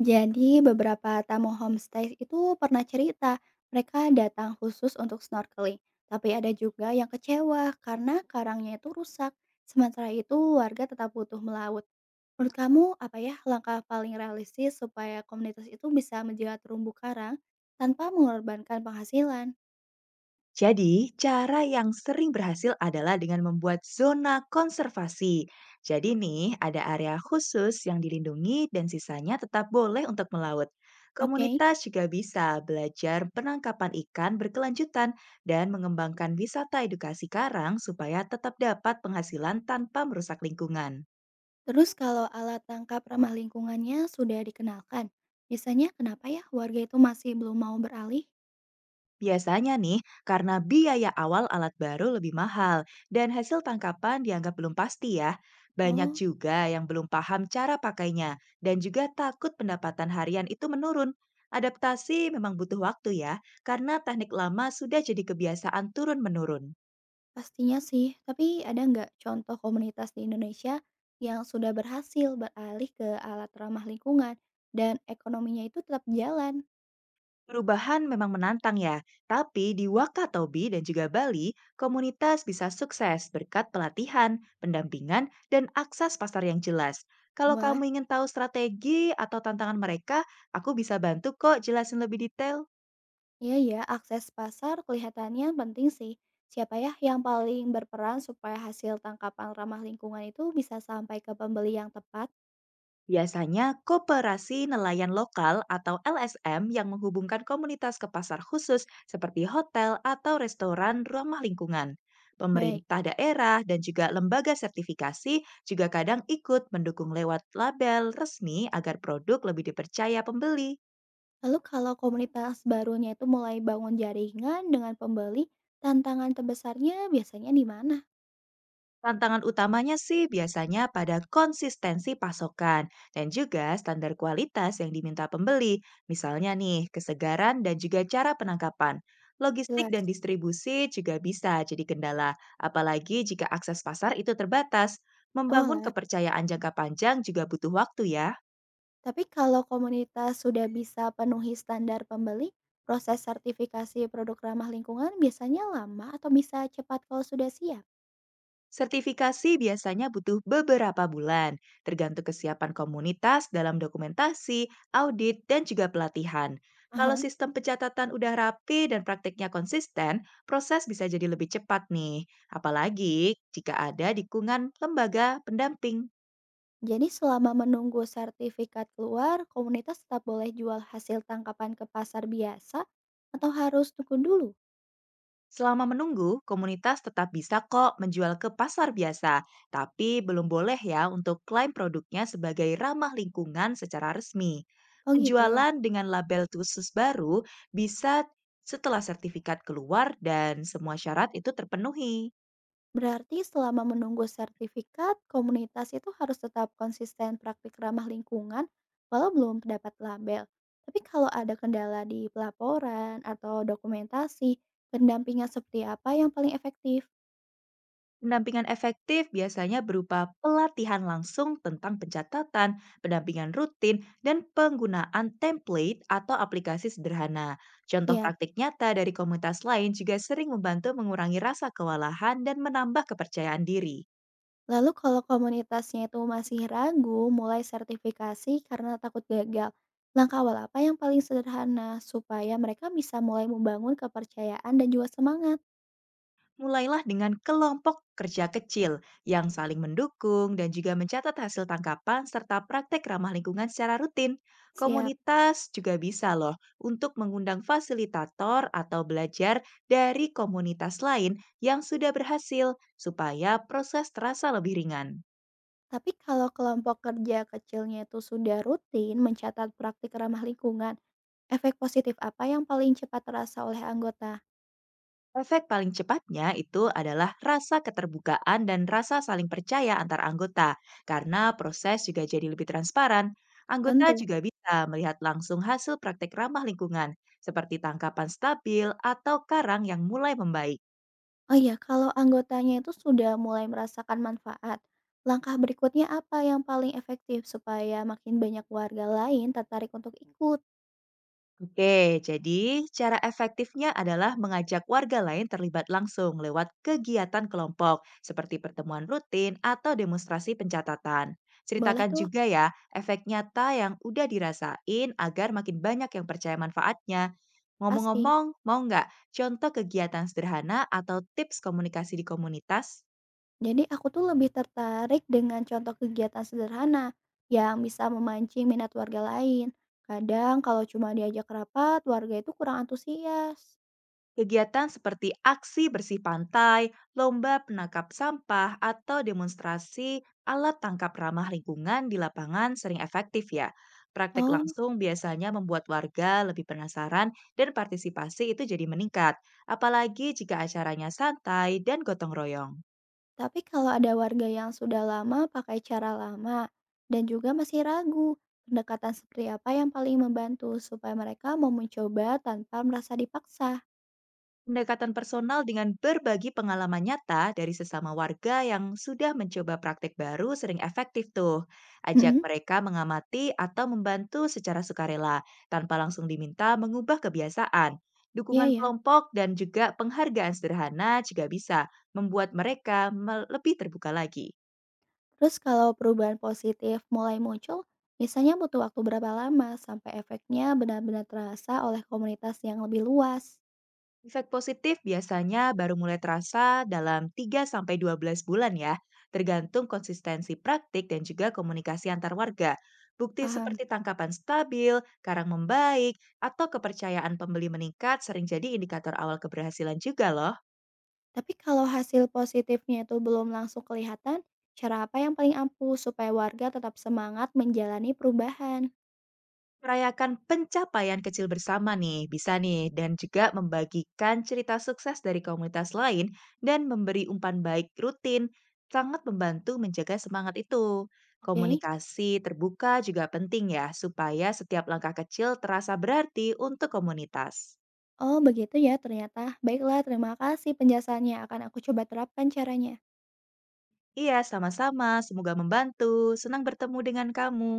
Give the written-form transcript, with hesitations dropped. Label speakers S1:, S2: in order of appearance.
S1: Jadi beberapa tamu homestay itu pernah cerita mereka datang khusus untuk snorkeling, tapi ada juga yang kecewa karena karangnya itu rusak. Sementara itu warga tetap butuh melaut. Menurut kamu apa ya langkah paling realistis supaya komunitas itu bisa menjaga terumbu karang tanpa mengorbankan penghasilan?
S2: Jadi, cara yang sering berhasil adalah dengan membuat zona konservasi. Jadi nih, ada area khusus yang dilindungi dan sisanya tetap boleh untuk melaut.
S1: Oke,
S2: Komunitas juga bisa belajar penangkapan ikan berkelanjutan dan mengembangkan wisata edukasi karang supaya tetap dapat penghasilan tanpa merusak lingkungan.
S1: terus kalau alat tangkap ramah lingkungannya sudah dikenalkan, biasanya kenapa ya warga itu masih belum mau beralih?
S2: Biasanya nih, karena biaya awal alat baru lebih mahal dan hasil tangkapan dianggap belum pasti ya. Banyak
S1: Oh.
S2: juga yang belum paham cara pakainya dan juga takut pendapatan harian itu menurun. Adaptasi memang butuh waktu ya, karena teknik lama sudah jadi kebiasaan turun-menurun.
S1: Pastinya sih, tapi ada nggak contoh komunitas di Indonesia yang sudah berhasil beralih ke alat ramah lingkungan dan ekonominya itu tetap jalan?
S2: Perubahan memang menantang ya, tapi di Wakatobi dan juga Bali, komunitas bisa sukses berkat pelatihan, pendampingan, dan akses pasar yang jelas. Kalau
S1: Wah,
S2: kamu ingin tahu strategi atau tantangan mereka, aku bisa bantu kok jelasin lebih detail.
S1: iya ya, akses pasar kelihatannya penting sih. Siapa ya yang paling berperan supaya hasil tangkapan ramah lingkungan itu bisa sampai ke pembeli yang tepat?
S2: Biasanya, koperasi nelayan lokal atau LSM yang menghubungkan komunitas ke pasar khusus seperti hotel atau restoran ramah lingkungan.
S1: Baik,
S2: Pemerintah daerah dan juga lembaga sertifikasi juga kadang ikut mendukung lewat label resmi agar produk lebih dipercaya pembeli.
S1: lalu kalau komunitas barunya itu mulai bangun jaringan dengan pembeli, tantangan terbesarnya biasanya di mana?
S2: Tantangan utamanya sih biasanya pada konsistensi pasokan dan juga standar kualitas yang diminta pembeli, misalnya nih kesegaran dan juga cara penangkapan. Logistik
S1: Jelas.
S2: dan distribusi juga bisa jadi kendala, apalagi jika akses pasar itu terbatas.
S1: Oh
S2: Membangun
S1: lah.
S2: kepercayaan jangka panjang juga butuh waktu ya.
S1: Tapi kalau komunitas sudah bisa penuhi standar pembeli, proses sertifikasi produk ramah lingkungan biasanya lama atau bisa cepat kalau sudah siap.
S2: Sertifikasi biasanya butuh beberapa bulan, tergantung kesiapan komunitas dalam dokumentasi, audit, dan juga pelatihan. Kalau
S1: Aha.
S2: sistem pencatatan udah rapi dan praktiknya konsisten, proses bisa jadi lebih cepat nih. Apalagi jika ada dukungan lembaga pendamping.
S1: Jadi selama menunggu sertifikat keluar, komunitas tetap boleh jual hasil tangkapan ke pasar biasa atau harus tunggu dulu?
S2: Selama menunggu, komunitas tetap bisa kok menjual ke pasar biasa, tapi belum boleh ya untuk klaim produknya sebagai ramah lingkungan secara resmi.
S1: Oh gitu.
S2: Penjualan dengan label khusus baru bisa setelah sertifikat keluar dan semua syarat itu terpenuhi.
S1: Berarti selama menunggu sertifikat, komunitas itu harus tetap konsisten praktik ramah lingkungan walau belum dapat label. Tapi kalau ada kendala di pelaporan atau dokumentasi, pendampingan seperti apa yang paling efektif?
S2: Pendampingan efektif biasanya berupa pelatihan langsung tentang pencatatan, pendampingan rutin, dan penggunaan template atau aplikasi sederhana. Contoh
S1: Siap.
S2: praktik nyata dari komunitas lain juga sering membantu mengurangi rasa kewalahan dan menambah kepercayaan diri.
S1: Lalu kalau komunitasnya itu masih ragu mulai sertifikasi karena takut gagal, langkah awal apa yang paling sederhana supaya mereka bisa mulai membangun kepercayaan dan juga semangat?
S2: Mulailah dengan kelompok kerja kecil yang saling mendukung dan juga mencatat hasil tangkapan serta praktek ramah lingkungan secara rutin.
S1: Siap.
S2: Komunitas juga bisa loh untuk mengundang fasilitator atau belajar dari komunitas lain yang sudah berhasil supaya proses terasa lebih ringan.
S1: Tapi kalau kelompok kerja kecilnya itu sudah rutin mencatat praktik ramah lingkungan, efek positif apa yang paling cepat terasa oleh anggota?
S2: Efek paling cepatnya itu adalah rasa keterbukaan dan rasa saling percaya antar anggota, karena proses juga jadi lebih transparan. Anggota
S1: Tentu.
S2: juga bisa melihat langsung hasil praktek ramah lingkungan, seperti tangkapan stabil atau karang yang mulai membaik.
S1: Oh iya, kalau anggotanya itu sudah mulai merasakan manfaat, langkah berikutnya apa yang paling efektif supaya makin banyak warga lain tertarik untuk ikut?
S2: Oke, jadi cara efektifnya adalah mengajak warga lain terlibat langsung lewat kegiatan kelompok, seperti pertemuan rutin atau demonstrasi pencatatan.
S1: Boleh
S2: Ceritakan
S1: tuh,
S2: juga ya efek nyata yang udah dirasain agar makin banyak yang percaya manfaatnya.
S1: pasti.
S2: Ngomong-ngomong, mau nggak contoh kegiatan sederhana atau tips komunikasi di komunitas?
S1: Jadi aku tuh lebih tertarik dengan contoh kegiatan sederhana yang bisa memancing minat warga lain. Kadang kalau cuma diajak rapat, warga itu kurang antusias.
S2: Kegiatan seperti aksi bersih pantai, lomba penangkap sampah, atau demonstrasi alat tangkap ramah lingkungan di lapangan sering efektif ya. Praktek
S1: Oh,
S2: langsung biasanya membuat warga lebih penasaran dan partisipasi itu jadi meningkat, apalagi jika acaranya santai dan gotong royong.
S1: tapi kalau ada warga yang sudah lama pakai cara lama dan juga masih ragu, pendekatan seperti apa yang paling membantu supaya mereka mau mencoba tanpa merasa dipaksa?
S2: Pendekatan personal dengan berbagi pengalaman nyata dari sesama warga yang sudah mencoba praktik baru sering efektif tuh. Ajak
S1: Mhm,
S2: mereka mengamati atau membantu secara sukarela tanpa langsung diminta mengubah kebiasaan.
S1: iya
S2: Dukungan
S1: ya.
S2: kelompok dan juga penghargaan sederhana juga bisa membuat mereka lebih terbuka lagi.
S1: Terus kalau perubahan positif mulai muncul, misalnya butuh waktu berapa lama sampai efeknya benar-benar terasa oleh komunitas yang lebih luas?
S2: Efek positif biasanya baru mulai terasa dalam 3 sampai 12 bulan ya, tergantung konsistensi praktik dan juga komunikasi antar warga. Bukti
S1: Paham.
S2: seperti tangkapan stabil, karang membaik, atau kepercayaan pembeli meningkat sering jadi indikator awal keberhasilan juga loh.
S1: Tapi kalau hasil positifnya itu belum langsung kelihatan, cara apa yang paling ampuh supaya warga tetap semangat menjalani perubahan?
S2: Merayakan pencapaian kecil bersama nih, bisa nih, dan juga membagikan cerita sukses dari komunitas lain dan memberi umpan baik rutin sangat membantu menjaga semangat itu.
S1: Oke.
S2: Komunikasi terbuka juga penting ya, supaya setiap langkah kecil terasa berarti untuk komunitas.
S1: Oh begitu ya ternyata. Baiklah, terima kasih penjelasannya. Akan aku coba terapkan caranya.
S2: Iya, sama-sama. Semoga membantu. Senang bertemu dengan kamu.